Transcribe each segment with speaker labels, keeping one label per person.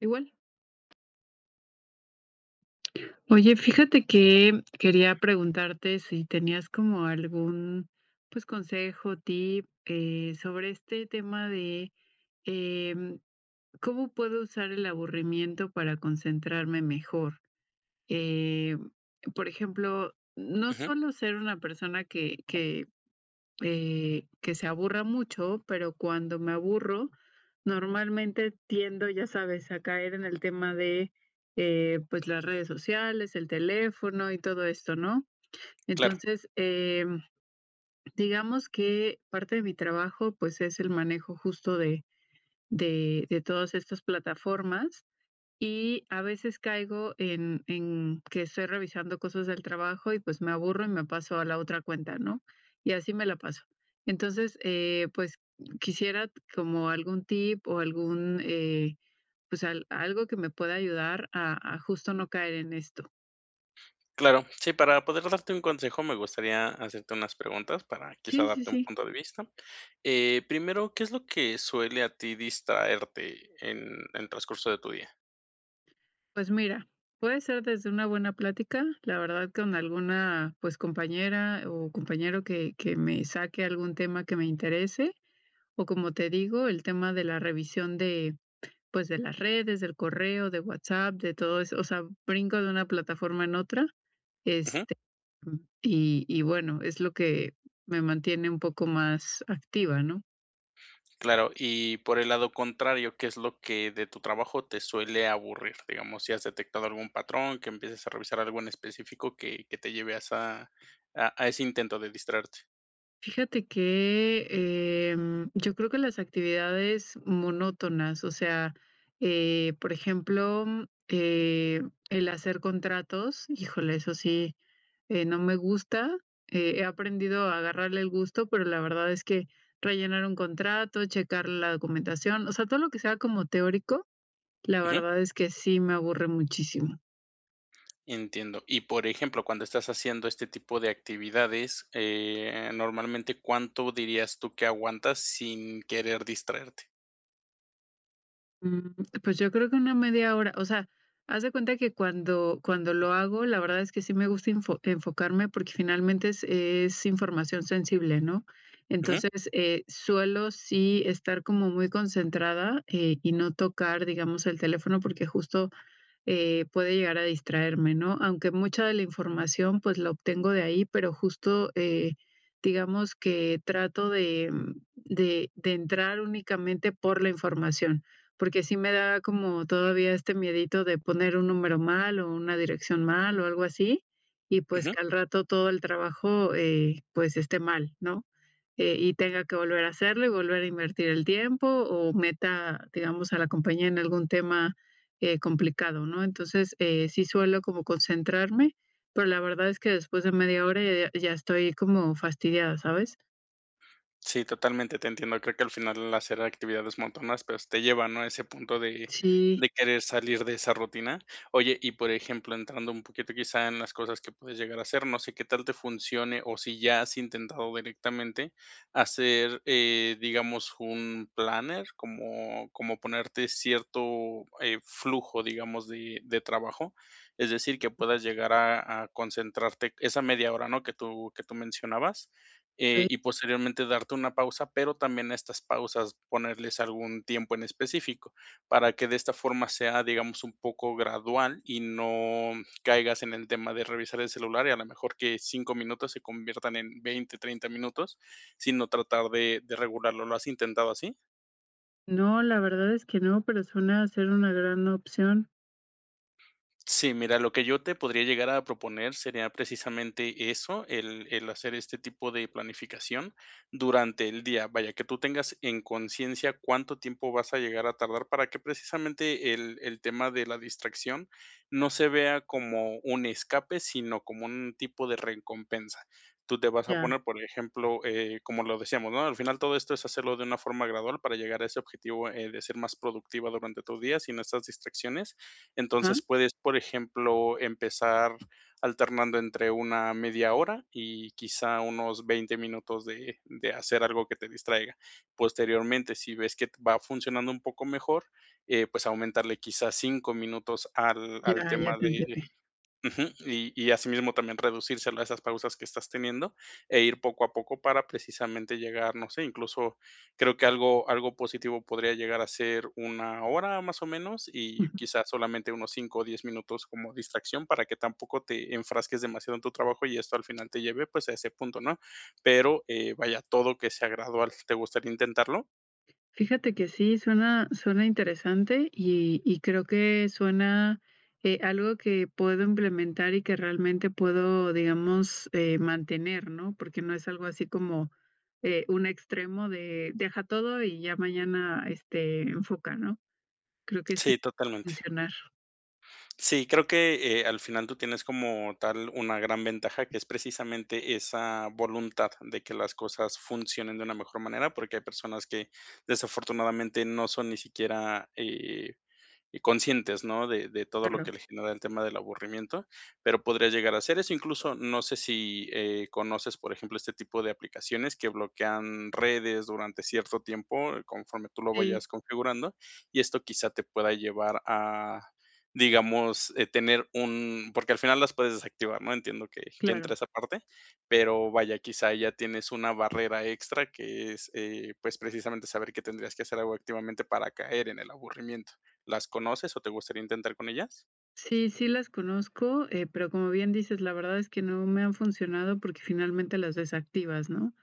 Speaker 1: Igual. Oye, fíjate que quería preguntarte si tenías como algún, pues, consejo, tip, sobre este tema de, em, ¿cómo puedo usar el aburrimiento para concentrarme mejor? Eh, por ejemplo, no
Speaker 2: Ujú,
Speaker 1: solo ser una persona que que se aburra mucho, pero cuando me aburro, normalmente tiendo, ya sabes, a caer en el tema de pues las redes sociales, el teléfono y todo esto, ¿no?
Speaker 2: claro,
Speaker 1: Entonces, digamos que parte de mi trabajo pues es el manejo justo de, de todas estas plataformas y a veces caigo en que estoy revisando cosas del trabajo y, pues, me aburro y me paso a la otra cuenta, ¿no? Y así me la paso. Entonces, pues, quisiera como algún tip o algún, pues, al algo que me pueda ayudar a justo no caer en esto.
Speaker 2: claro. Sí, para poder darte un consejo, me gustaría hacerte unas preguntas para quizá
Speaker 1: Sí, sí,
Speaker 2: darte un
Speaker 1: sí.
Speaker 2: punto de vista. Primero, ¿qué es lo que suele a ti distraerte en el transcurso de tu día?
Speaker 1: Pues mira, puede ser desde una buena plática, la verdad, con alguna, pues, compañera o compañero que me saque algún tema que me interese. O como te digo, el tema de la revisión de, pues, de las redes, del correo, de WhatsApp, de todo eso, o sea, brinco de una plataforma en otra,
Speaker 2: Ujú,
Speaker 1: este, y bueno, es lo que me mantiene un poco más activa, ¿no?
Speaker 2: claro. Y por el lado contrario, ¿qué es lo que de tu trabajo te suele aburrir? Digamos, si has detectado algún patrón, que empieces a revisar algo en específico que te lleve a, esa- a ese intento de distraerte.
Speaker 1: Fíjate que, yo creo que las actividades monótonas, o sea, por ejemplo, el hacer contratos, híjole, eso sí, no me gusta. He aprendido a agarrarle el gusto, pero la verdad es que rellenar un contrato, checar la documentación, o sea, todo lo que sea como teórico, la verdad es que sí me aburre muchísimo.
Speaker 2: Entiendo. Y, por ejemplo, cuando estás haciendo este tipo de actividades, normalmente, ¿cuánto dirías tú que aguantas sin querer distraerte?
Speaker 1: Mm, pues yo creo que una media hora, o sea, haz de cuenta que cuando lo hago, la verdad es que sí me gusta enfocarme porque finalmente es información sensible, ¿no?
Speaker 2: Ujú,
Speaker 1: Entonces, suelo sí estar como muy concentrada, y no tocar, digamos, el teléfono porque justo puede llegar a distraerme, ¿no? Aunque mucha de la información, pues la obtengo de ahí, pero justo, digamos que trato de, de entrar únicamente por la información, porque sí me da como todavía este miedito de poner un número mal o una dirección mal o algo así, y pues
Speaker 2: ujú.
Speaker 1: que al rato todo el trabajo, pues esté mal, ¿no? Y tenga que volver a hacerlo y volver a invertir el tiempo o meta, digamos, a la compañía en algún tema complicado, ¿no? Entonces, sí suelo como concentrarme, pero la verdad es que después de media hora ya estoy como fastidiada, ¿sabes?
Speaker 2: Sí, totalmente te entiendo. Creo que al final hacer actividades monótonas, pues te lleva, ¿no? A ese punto
Speaker 1: Sí,
Speaker 2: de querer salir de esa rutina. Oye, y por ejemplo, entrando un poquito quizá en las cosas que puedes llegar a hacer, no sé qué tal te funcione o si ya has intentado directamente hacer, digamos, un planner, como ponerte cierto flujo, digamos, de trabajo. Es decir, que puedas llegar a concentrarte esa media hora, ¿no? Que tú mencionabas
Speaker 1: ok.
Speaker 2: y posteriormente darte una pausa, pero también a estas pausas ponerles algún tiempo en específico para que de esta forma sea, digamos, un poco gradual y no caigas en el tema de revisar el celular y a lo mejor que 5 minutos se conviertan en 20 30 minutos, sino tratar de regularlo. ¿Lo has intentado así?
Speaker 1: No, la verdad es que no, pero suena a ser una gran opción.
Speaker 2: Sí, mira, lo que yo te podría llegar a proponer sería precisamente eso, el hacer este tipo de planificación durante el día. Vaya, que tú tengas en conciencia cuánto tiempo vas a llegar a tardar para que precisamente el tema de la distracción no se vea como un escape, sino como un tipo de recompensa. Tú te vas a
Speaker 1: Ya,
Speaker 2: poner, por ejemplo, como lo decíamos, ¿no? Al final todo esto es hacerlo de una forma gradual para llegar a ese objetivo de ser más productiva durante tu día sin estas distracciones,
Speaker 1: ajá,
Speaker 2: entonces puedes, por ejemplo, empezar alternando entre una media hora y quizá unos 20 minutos de hacer algo que te distraiga. Posteriormente, si ves que va funcionando un poco mejor, pues aumentarle quizá 5 minutos al, al
Speaker 1: ya, ya
Speaker 2: tema
Speaker 1: te
Speaker 2: de,
Speaker 1: entendí.
Speaker 2: Ujú, y asimismo también reducírselo a esas pausas que estás teniendo, e ir poco a poco para precisamente llegar, no sé, incluso creo que algo positivo podría llegar a ser una hora más o menos, y quizás solamente unos 5 o 10 minutos como distracción para que tampoco te enfrasques demasiado en tu trabajo y esto al final te lleve, pues, a ese punto, ¿no? Pero, vaya, todo que sea gradual, ¿te gustaría intentarlo?
Speaker 1: Fíjate que sí, suena suena interesante y creo que suena, algo que puedo implementar y que realmente puedo, digamos, mantener, ¿no? Porque no es algo así como, un extremo de deja todo y ya mañana, este, enfoca, ¿no? Creo que sí
Speaker 2: Sí, totalmente.
Speaker 1: funcionar.
Speaker 2: Sí, creo que, al final tú tienes como tal una gran ventaja, que es precisamente esa voluntad de que las cosas funcionen de una mejor manera, porque hay personas que desafortunadamente no son ni siquiera, y conscientes, ¿no? De todo lo
Speaker 1: Claro.
Speaker 2: que le genera el tema del aburrimiento, pero podría llegar a hacer eso. Incluso, no sé si, conoces, por ejemplo, este tipo de aplicaciones que bloquean redes durante cierto tiempo, conforme tú lo
Speaker 1: Sí,
Speaker 2: vayas configurando, y esto quizá te pueda llevar a, digamos, tener un porque al final las puedes desactivar, ¿no? Entiendo que entra
Speaker 1: claro.
Speaker 2: esa parte, pero vaya, quizá ya tienes una barrera extra que es, pues, precisamente saber que tendrías que hacer algo activamente para caer en el aburrimiento. ¿Las conoces o te gustaría intentar con ellas?
Speaker 1: Sí, sí las conozco, pero como bien dices, la verdad es que no me han funcionado porque finalmente las desactivas, ¿no?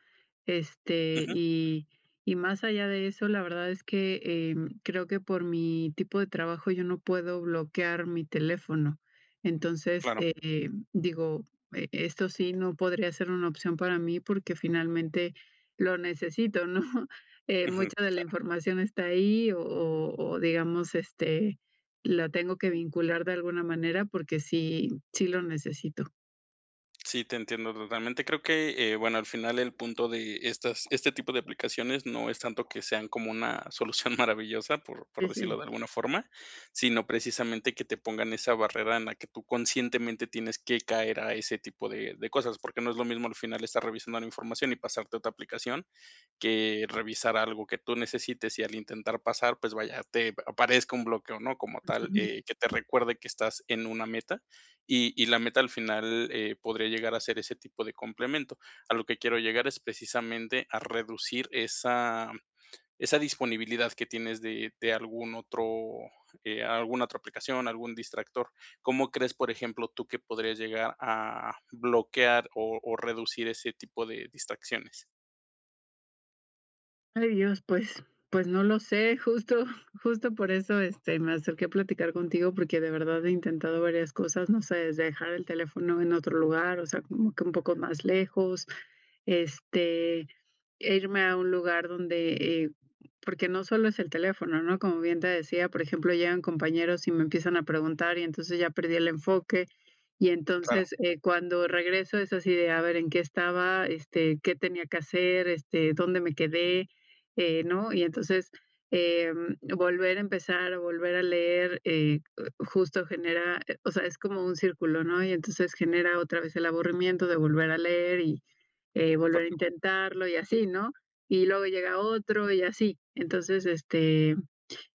Speaker 1: Este,
Speaker 2: Ujú,
Speaker 1: y más allá de eso, la verdad es que, creo que por mi tipo de trabajo yo no puedo bloquear mi teléfono. Entonces,
Speaker 2: claro,
Speaker 1: digo, e esto sí no podría ser una opción para mí porque finalmente lo necesito, ¿no?
Speaker 2: ujú.
Speaker 1: Mucha de la información está ahí o digamos, este, la tengo que vincular de alguna manera porque sí sí lo necesito.
Speaker 2: Sí, te entiendo totalmente. Creo que, bueno, al final el punto de estas este tipo de aplicaciones no es tanto que sean como una solución maravillosa, por
Speaker 1: Sí,
Speaker 2: decirlo
Speaker 1: sí.
Speaker 2: de alguna forma, sino precisamente que te pongan esa barrera en la que tú conscientemente tienes que caer a ese tipo de cosas, porque no es lo mismo al final estar revisando la información y pasarte a otra aplicación, que revisar algo que tú necesites y al intentar pasar, pues vaya, te aparezca un bloqueo, ¿no? Como tal,
Speaker 1: Ujú.
Speaker 2: que te recuerde que estás en una meta. Y la meta al final, podría llegar a ser ese tipo de complemento. A lo que quiero llegar es precisamente a reducir esa disponibilidad que tienes de algún otro, alguna otra aplicación, algún distractor. ¿Cómo crees, por ejemplo, tú que podrías llegar a bloquear o reducir ese tipo de distracciones?
Speaker 1: Ay, Dios, pues pues no lo sé, justo justo por eso, este, me acerqué a platicar contigo, porque de verdad he intentado varias cosas, no sé, desde dejar el teléfono en otro lugar, o sea, como que un poco más lejos, este, e irme a un lugar donde, porque no solo es el teléfono, ¿no? Como bien te decía, por ejemplo, llegan compañeros y me empiezan a preguntar y entonces ya perdí el enfoque. Y
Speaker 2: Claro,
Speaker 1: entonces, cuando regreso es así de, a ver, ¿en qué estaba? Este, ¿qué tenía que hacer? Este, ¿dónde me quedé? ¿No? Y entonces, volver a empezar, a volver a leer, justo genera, o sea, es como un círculo, ¿no? Y entonces genera otra vez el aburrimiento de volver a leer y
Speaker 2: por
Speaker 1: volver a
Speaker 2: supuesto.
Speaker 1: intentarlo y así, ¿no? Y luego llega otro y así. Entonces, este,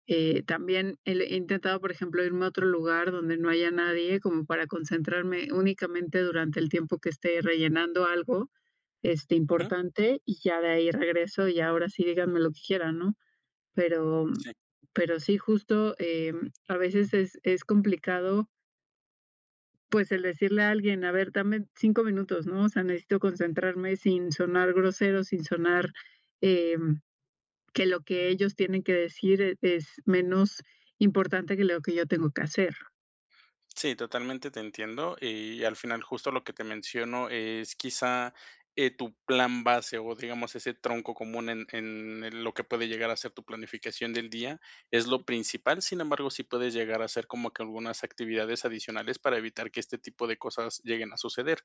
Speaker 1: también he intentado, por ejemplo, irme a otro lugar donde no haya nadie, como para concentrarme únicamente durante el tiempo que esté rellenando algo, este,
Speaker 2: Ujú,
Speaker 1: importante, y ya de ahí regreso y ahora sí díganme lo que quieran, ¿no? Pero,
Speaker 2: sí.
Speaker 1: pero sí, justo, a veces es complicado pues el decirle a alguien, a ver, dame 5 minutos, ¿no? O sea, necesito concentrarme sin sonar grosero, sin sonar eh, que lo que ellos tienen que decir es menos importante que lo que yo tengo que hacer.
Speaker 2: Sí, totalmente te entiendo. Y al final, justo lo que te menciono es quizá tu plan base o digamos ese tronco común en el- lo que puede llegar a ser tu planificación del día es lo principal. Sin embargo, sí puedes llegar a hacer como que algunas actividades adicionales para evitar que este tipo de cosas lleguen a suceder.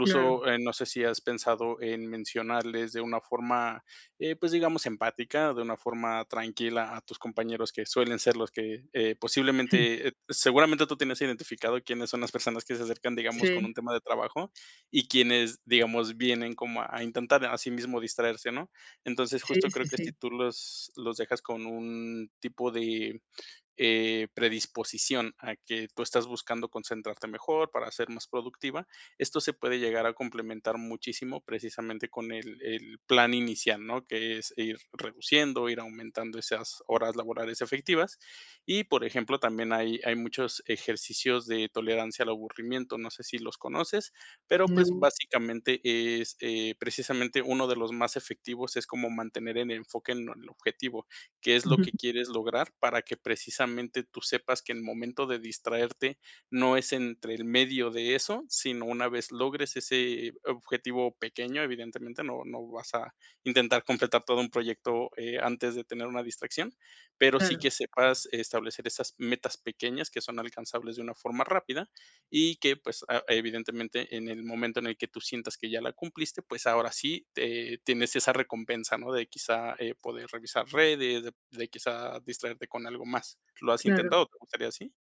Speaker 1: Claro,
Speaker 2: no sé si has pensado en mencionarles de una forma pues digamos, empática, de una forma tranquila a tus compañeros que suelen ser los que
Speaker 1: sí,
Speaker 2: posiblemente, seguramente tú tienes identificado quiénes son las personas que se acercan, digamos, con
Speaker 1: sí,
Speaker 2: un tema de trabajo y quienes, digamos, vienen como a intentar a sí mismo distraerse, ¿no? Entonces,
Speaker 1: sí,
Speaker 2: justo
Speaker 1: sí,
Speaker 2: creo que si
Speaker 1: sí.
Speaker 2: tú los dejas con un tipo de predisposición a que tú estás buscando concentrarte mejor para ser más productiva, esto se puede llegar a complementar muchísimo precisamente con el plan inicial, ¿no? Que es ir reduciendo, ir aumentando esas horas laborales efectivas. Y, por ejemplo, también hay muchos ejercicios de tolerancia al aburrimiento, no sé si los conoces, pero pues
Speaker 1: No,
Speaker 2: básicamente es precisamente uno de los más efectivos, es como mantener el enfoque en el objetivo, qué es lo
Speaker 1: ujú,
Speaker 2: que quieres lograr para que precisamente tú sepas que el momento de distraerte no es entre el medio de eso, sino una vez logres ese objetivo pequeño, evidentemente no vas a intentar completar todo un proyecto antes de tener una distracción, pero sí
Speaker 1: claro,
Speaker 2: que sepas establecer esas metas pequeñas que son alcanzables de una forma rápida y que pues evidentemente en el momento en el que tú sientas que ya la cumpliste, pues ahora sí tienes esa recompensa, ¿no? De quizá poder revisar redes, de quizá distraerte con algo más. ¿Lo has
Speaker 1: claro.
Speaker 2: intentado? ¿Te gustaría así?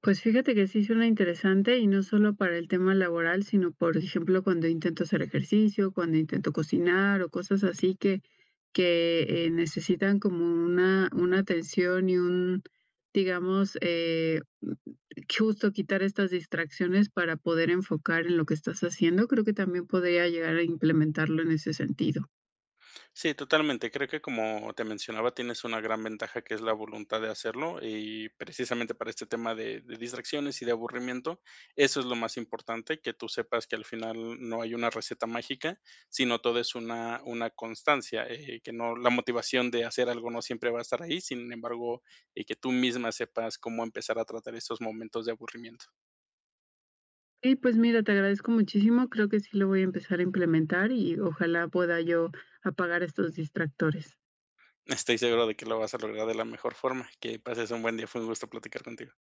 Speaker 1: Pues fíjate que sí suena interesante y no solo para el tema laboral, sino por ejemplo cuando intento hacer ejercicio, cuando intento cocinar o cosas así que necesitan como una atención y un, digamos, justo quitar estas distracciones para poder enfocar en lo que estás haciendo, creo que también podría llegar a implementarlo en ese sentido.
Speaker 2: Sí, totalmente. Creo que como te mencionaba, tienes una gran ventaja que es la voluntad de hacerlo y precisamente para este tema de distracciones y de aburrimiento, eso es lo más importante, que tú sepas que al final no hay una receta mágica, sino todo es una constancia, que no la motivación de hacer algo no siempre va a estar ahí, sin embargo, y que tú misma sepas cómo empezar a tratar estos momentos de aburrimiento.
Speaker 1: Y pues mira, te agradezco muchísimo, creo que sí lo voy a empezar a implementar y ojalá pueda yo apagar estos distractores.
Speaker 2: Estoy seguro de que lo vas a lograr de la mejor forma. Que pases un buen día, fue un gusto platicar contigo.